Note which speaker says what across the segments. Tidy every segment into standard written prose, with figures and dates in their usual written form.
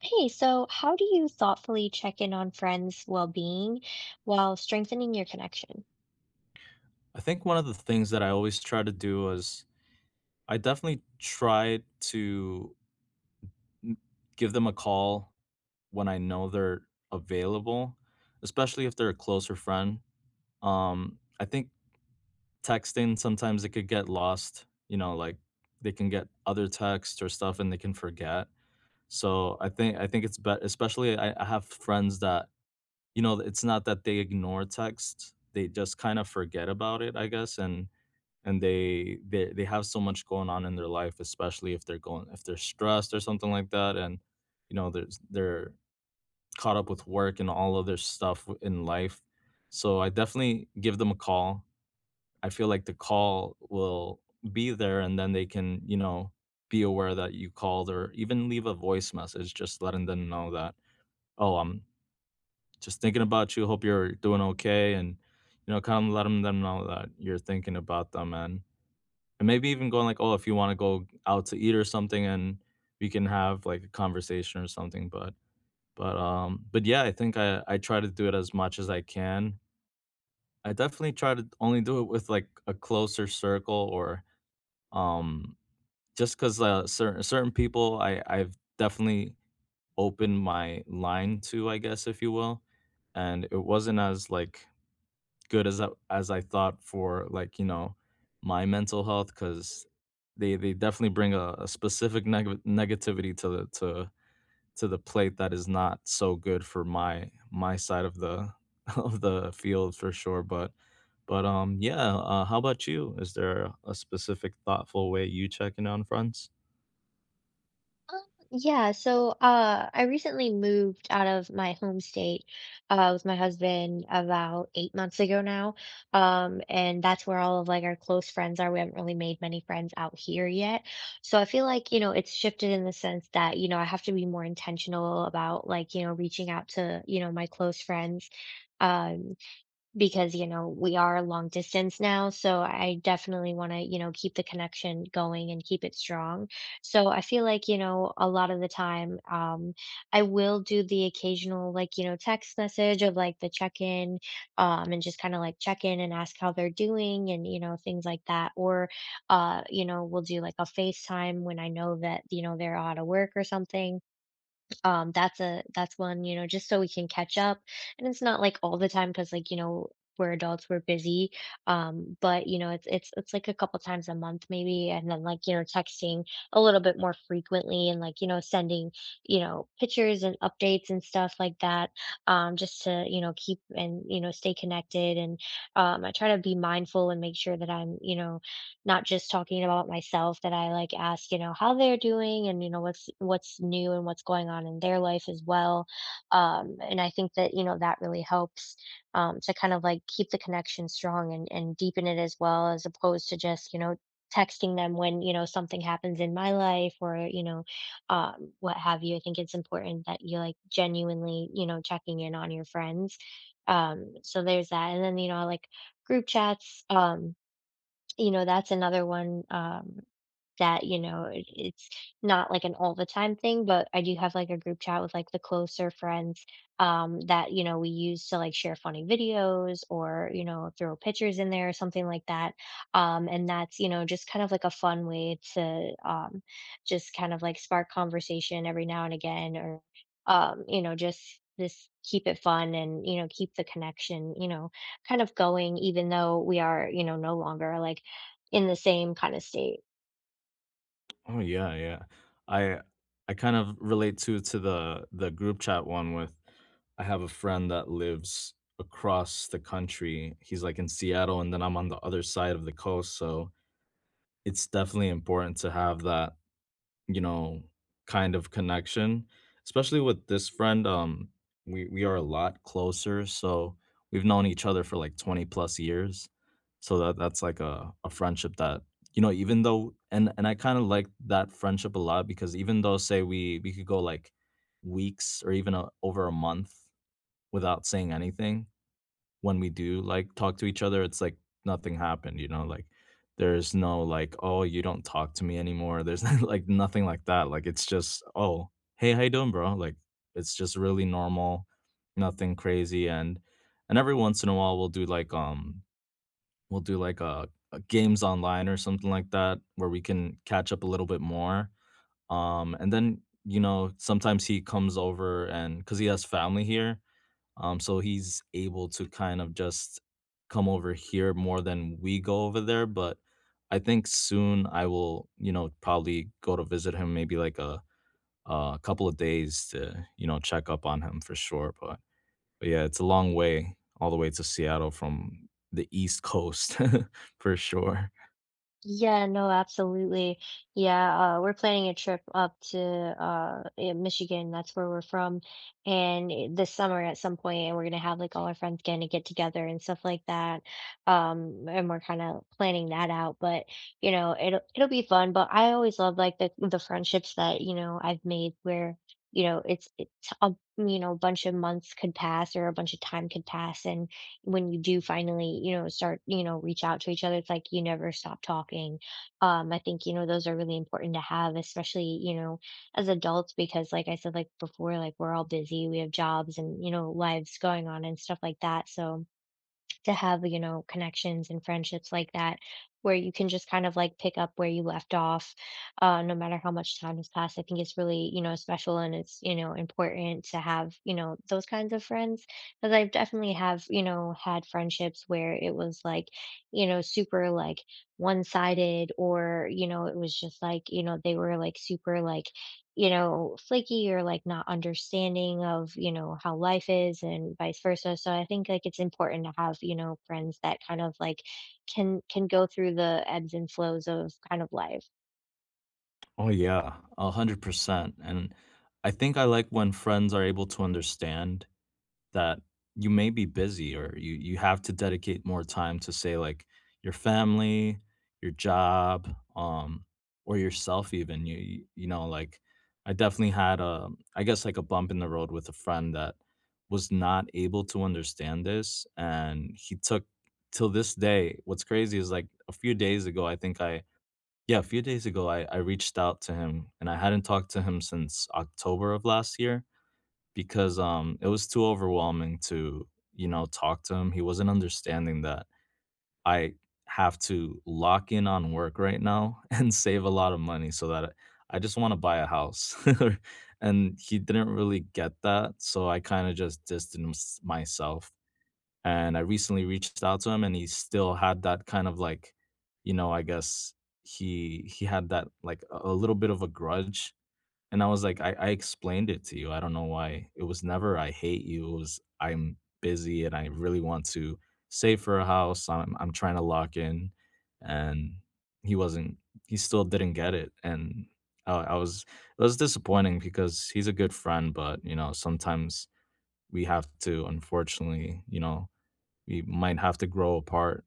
Speaker 1: Hey, so how do you thoughtfully check in on friends' well-being while strengthening your connection?
Speaker 2: I think one of the things that I always try to do is I definitely try to n- give them a call when I know they're available, especially if they're a closer friend. I think texting sometimes it could get lost, you know, like they can get other texts or stuff and they can forget. So I think it's better, especially I have friends that you know it's not that they ignore texts, they just kind of forget about it, I guess, and they have so much going on in their life, especially if they're going if they're stressed or something like that, and you know there's they're caught up with work and all other stuff in life. So I definitely give them a call. I feel like the call will be there, and then they can you know be aware that you called or even leave a voice message, just letting them know that oh I'm just thinking about you. Hope you're doing okay, and you know kind of letting them know that you're thinking about them and maybe even going like, "Oh, if you wanna go out to eat or something and we can have, like, a conversation or something," but but yeah, I think I try to do it as much as I can. I definitely try to only do it with, like, a closer circle, um just because certain people I've definitely opened my line to, I guess, if you will, and it wasn't as, like, good as I thought for, like, you know, my mental health because they definitely bring a specific negativity to the plate that is not so good for my my side of the of the field for sure. But but yeah, how about you? Is there a specific thoughtful way you check in on friends?
Speaker 1: Yeah, so I recently moved out of my home state with my husband about 8 months ago now. And that's where all of like our close friends are. We haven't really made many friends out here yet. So I feel like, you know, it's shifted in the sense that, you know, I have to be more intentional about like, you know, reaching out to, you know, my close friends. Um, Because, you know, we are long distance now, so I definitely wanna, you know, keep the connection going and keep it strong. So I feel like, you know, a lot of the time, I will do the occasional, like, you know, text message of like the check in, and just kind of like check in and ask how they're doing and, you know, things like that. Or, you know, we'll do like a FaceTime when I know that, you know, they're out of work or something. That's one, you know, just so we can catch up, and it's not like all the time, because, like, you know, we're adults, we're busy, but, you know, it's like a couple times a month maybe, and then, like, you know, texting a little bit more frequently, and, like, you know, sending, you know, pictures and updates and stuff like that, just to, you know, keep and, you know, stay connected, and I try to be mindful and make sure that I'm, you know, not just talking about myself, that I like ask, you know, how they're doing, and, you know, what's new and what's going on in their life as well. And I think that, you know, that really helps, to kind of like keep the connection strong, and deepen it as well, as opposed to just, you know, texting them when, you know, something happens in my life, or, you know, what have you. I think it's important that you like genuinely, you know, checking in on your friends. So there's that. And then, you know, I like group chats. You know, that's another one, that, you know, it's not like an all the time thing, but I do have, like, a group chat with, like, the closer friends, that, you know, we use to, like, share funny videos, or, you know, throw pictures in there or something like that, and that's, you know, just kind of like a fun way to, just kind of, like, spark conversation every now and again, or, you know, just this keep it fun and, you know, keep the connection, you know, kind of going, even though we are, you know, no longer, like, in the same kinda state.
Speaker 2: Oh yeah, yeah. I I kind of relate to the group chat one. With I have a friend that lives across the country. He's like in Seattle and then I'm on the other side of the coast, so it's definitely important to have that, you know, kind of connection, especially with this friend. We are a lot closer, so we've known each other for, like, 20 plus years, so that's, like, a friendship that, you know, even though, and I kinda like that friendship a lot because even though, say, we could go, like, weeks or even, over a month without saying anything, when we do, like, talk to each other, it's like nothing happened, you know? Like, there's no, like, "Oh, you don't talk to me anymore." There's like, nothing like that. Like, it's just, "Oh, hey, how you doing, bro?" Like, it's just really normal, nothing crazy, and every once in a while, we'll do, like, we'll do, like, a games online or something like that where we can catch up a little bit more, and then, you know, sometimes he comes over, and because he has family here, so he's able to kind of just come over here more than we go over there. But I think soon I will, you know, probably go to visit him maybe like a couple of days to, you know, check up on him for sure. But, yeah, it's a long way all the way to Seattle from the East Coast for sure.
Speaker 1: Yeah, no, absolutely. Yeah, we're planning a trip up to, Michigan, that's where we're from, and, this summer at some point, and we're gonna have, like, all our friends gonna get together and stuff like that, and we're kinda planning that out, but, you know, it'll be fun, but I always love, like, the friendships that, you know, I've made where, you know, it's a, you know, a bunch of months could pass or a bunch of time could pass, and when you do finally, you know, start, you know, reach out to each other, it's like you never stop talking. I think, you know, those are really important to have, especially, you know, as adults, because, like I said, like before, like, we're all busy, we have jobs and, you know, lives going on and stuff like that. So, to have, you know, connections and friendships like that, where you can just kind of like pick up where you left off, no matter how much time has passed. I think it's really, you know, special, and it's, you know, important to have, you know, those kinds of friends. Because I've definitely have, you know, had friendships where it was like, you know, super like one sided, or, you know, it was just like, you know, they were like super like, you know, flaky or like not understanding of, you know, how life is and vice versa. So I think like it's important to have, you know, friends that kind of like can go through the ebbs and flows of kind of life.
Speaker 2: Oh yeah, 100%. And I think I like when friends are able to understand that you may be busy or you have to dedicate more time to, say, like your family, your job, or yourself even. You know, like I definitely had a I guess like a bump in the road with a friend that was not able to understand this, and he took till this day. What's crazy is like a few days ago, I think I yeah, a few days ago I reached out to him, and I hadn't talked to him since October of last year because, it was too overwhelming to, you know, talk to him. He wasn't understanding that I have to lock in on work right now and save a lot of money so that I just wanna buy a house. And he didn't really get that, so I kinda just distanced myself. And I recently reached out to him, and he still had that kind of like, you know, I guess he had that, like, a little bit of a grudge, and I was like, I explained it to you. I don't know why. It was never "I hate you." It was "I'm busy and I really want to save for a house. I'm trying to lock in." And he wasn't, he still didn't get it. And I was, it was disappointing because he's a good friend, but, you know, sometimes we have to, unfortunately, you know, we might have to grow apart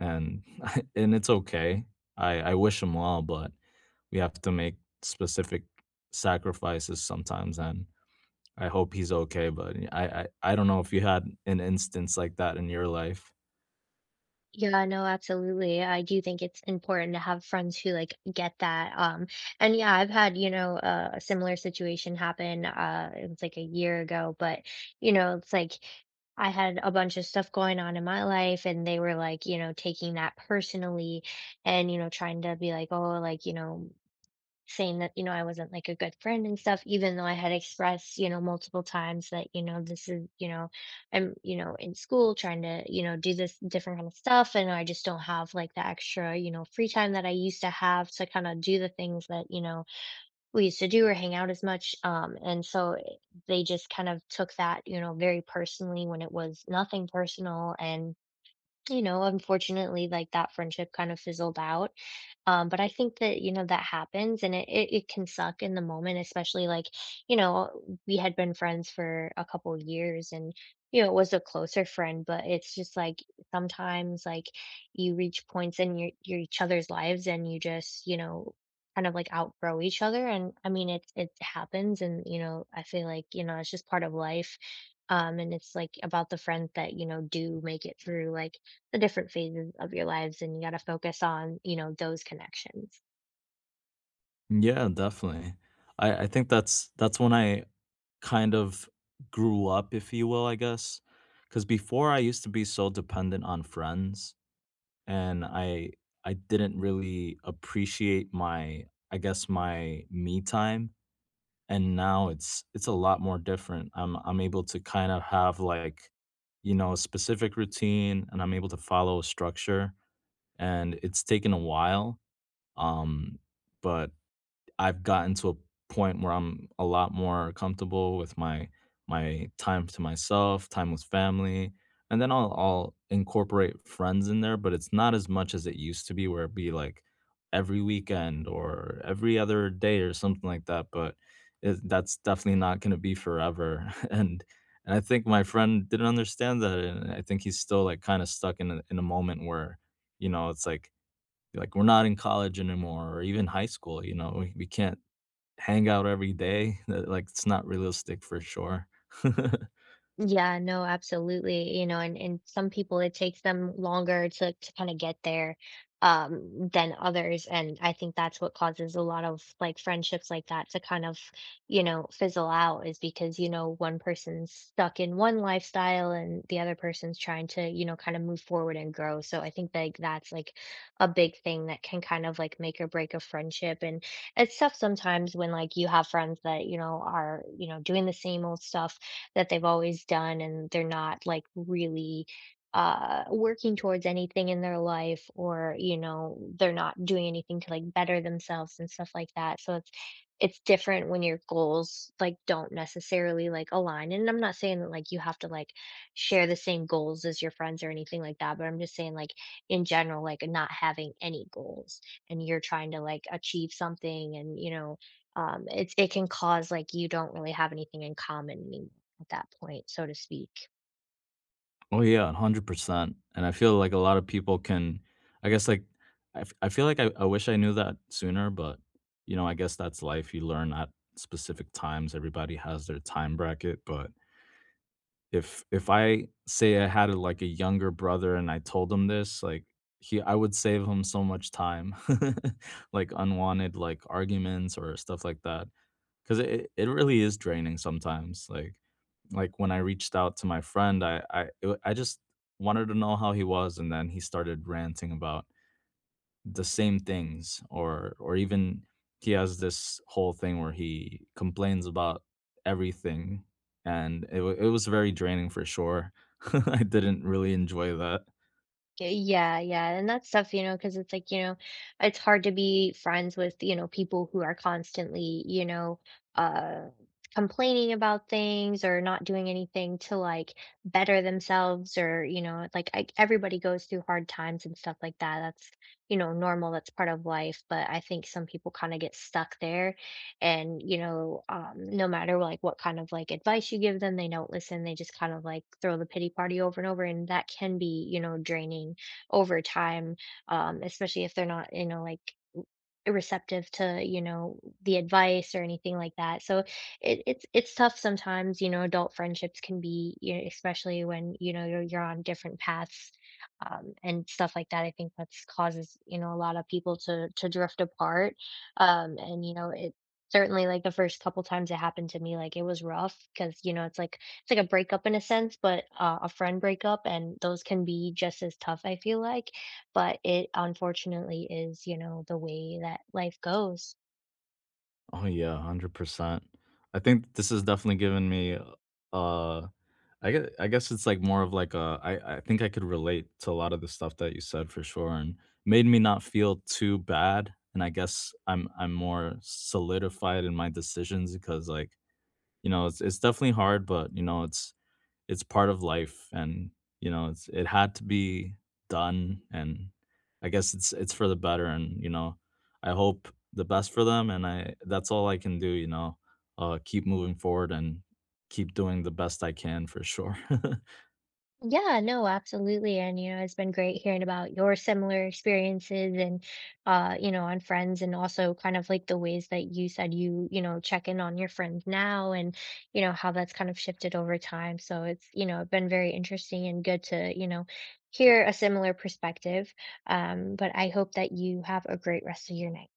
Speaker 2: and and it's okay. I wish him well, but we have to make specific sacrifices sometimes, and I hope he's okay, but I don't know if you had an instance like that in your life.
Speaker 1: Yeah, no, absolutely. I do think it's important to have friends who like get that. And yeah, I've had, you know, a similar situation happen. It was like a year ago, but, you know, it's like I had a bunch of stuff going on in my life, and they were like, you know, taking that personally and, you know, trying to be like, oh, like, you know, saying that, you know, I wasn't like a good friend and stuff, even though I had expressed, you know, multiple times that, you know, this is, you know, I'm, you know, in school trying to, you know, do this different kind of stuff. And I just don't have like the extra, you know, free time that I used to have to kind of do the things that, you know, we used to do or hang out as much. And they just kind of took that, you know, very personally, when it was nothing personal. And, you know, unfortunately, like, that friendship kind of fizzled out. But I think that, you know, that happens, and it can suck in the moment, especially like, you know, we had been friends for a couple years, and, you know, it was a closer friend, but it's just like sometimes like you reach points in your each other's lives, and you just, you know, kind of like outgrow each other. And I mean, it happens. And, you know, I feel like, you know, it's just part of life. And it's like about the friends that, you know, do make it through like the different phases of your lives, and you got to focus on, you know, those connections.
Speaker 2: Yeah, definitely. I think that's when I kind of grew up, if you will, I guess. Because before I used to be so dependent on friends, and I didn't really appreciate my, I guess, my me time, and now it's a lot more different. I'm able to kind of have like, you know, a specific routine, and I'm able to follow a structure, and it's taken a while. Um, but I've gotten to a point where I'm a lot more comfortable with my my time to myself, time with family, and then I'll incorporate friends in there, but it's not as much as it used to be where it'd be like every weekend or every other day or something like that, but that's definitely not going to be forever. And I think my friend didn't understand that, and I think he's still like kind of stuck in in a moment where, you know, it's like we're not in college anymore or even high school, you know, we can't hang out every day, that, like, it's not realistic for sure.
Speaker 1: Yeah, no, absolutely. You know, and some people, it takes them longer to kind of get there, than others. And I think that's what causes a lot of like friendships like that to kind of, you know, fizzle out, is because, you know, one person's stuck in one lifestyle and the other person's trying to, you know, kind of move forward and grow. So I think, like, that's like a big thing that can kind of like make or break a friendship. And it's tough sometimes when, like, you have friends that, you know, are, you know, doing the same old stuff that they've always done, and they're not like really working towards anything in their life, or, you know, they're not doing anything to like better themselves and stuff like that, so it's different when your goals like don't necessarily like align, and I'm not saying that like you have to like share the same goals as your friends or anything like that, but I'm just saying, like, in general, like, not having any goals, and you're trying to like achieve something, and, you know, it can cause, like, you don't really have anything in common anymore, at that point, so to speak.
Speaker 2: Oh, yeah, 100%, and I feel like a lot of people can, I guess, like, I feel like I wish I knew that sooner, but, you know, I guess that's life, you learn at specific times, everybody has their time bracket, but if I say I had like, a younger brother and I told him this, like, he I would save him so much time, like, unwanted, like, arguments or stuff like that. 'Cause it really is draining sometimes, like, when I reached out to my friend, I just wanted to know how he was, and then he started ranting about the same things, or even he has this whole thing where he complains about everything, and it was very draining for sure. I didn't really enjoy that.
Speaker 1: Yeah, yeah, and that's tough, you know, because it's like, you know, it's hard to be friends with, you know, people who are constantly, you know, uh complaining about things, or not doing anything to like better themselves, or, you know, like everybody goes through hard times and stuff like that. That's, you know, normal, that's part of life, but I think some people kind of get stuck there, and, you know, no matter like what kind of like advice you give them, they don't listen, they just kind of like throw the pity party over and over, and that can be, you know, draining over time, especially if they're not, you know, like, receptive to, you know, the advice or anything like that. So it's tough sometimes, you know, adult friendships can be, you know, especially when, you know, you're on different paths, and stuff like that. I think that's causes, you know, a lot of people to drift apart. And you know, it certainly like the first couple times it happened to me, like it was rough, because, you know, it's like a breakup in a sense, but a friend breakup, and those can be just as tough, I feel like, but it unfortunately is, you know, the way that life goes.
Speaker 2: Oh, yeah, 100%. I think this has definitely given me, uh, I guess, it's like more of like a, I think I could relate to a lot of the stuff that you said for sure, and made me not feel too bad. And I guess I'm more solidified in my decisions because, like, you know, it's definitely hard, but, you know, it's part of life, and you know, it's it had to be done, and I guess it's for the better, and you know, I hope the best for them, and I that's all I can do, you know. Keep moving forward and keep doing the best I can for sure.
Speaker 1: Yeah, no, absolutely. And, you know, it's been great hearing about your similar experiences and, you know, on friends, and also kind of like the ways that you said you, you know, check in on your friends now, and, you know, how that's kind of shifted over time. So it's, you know, been very interesting and good to, you know, hear a similar perspective. But I hope that you have a great rest of your night.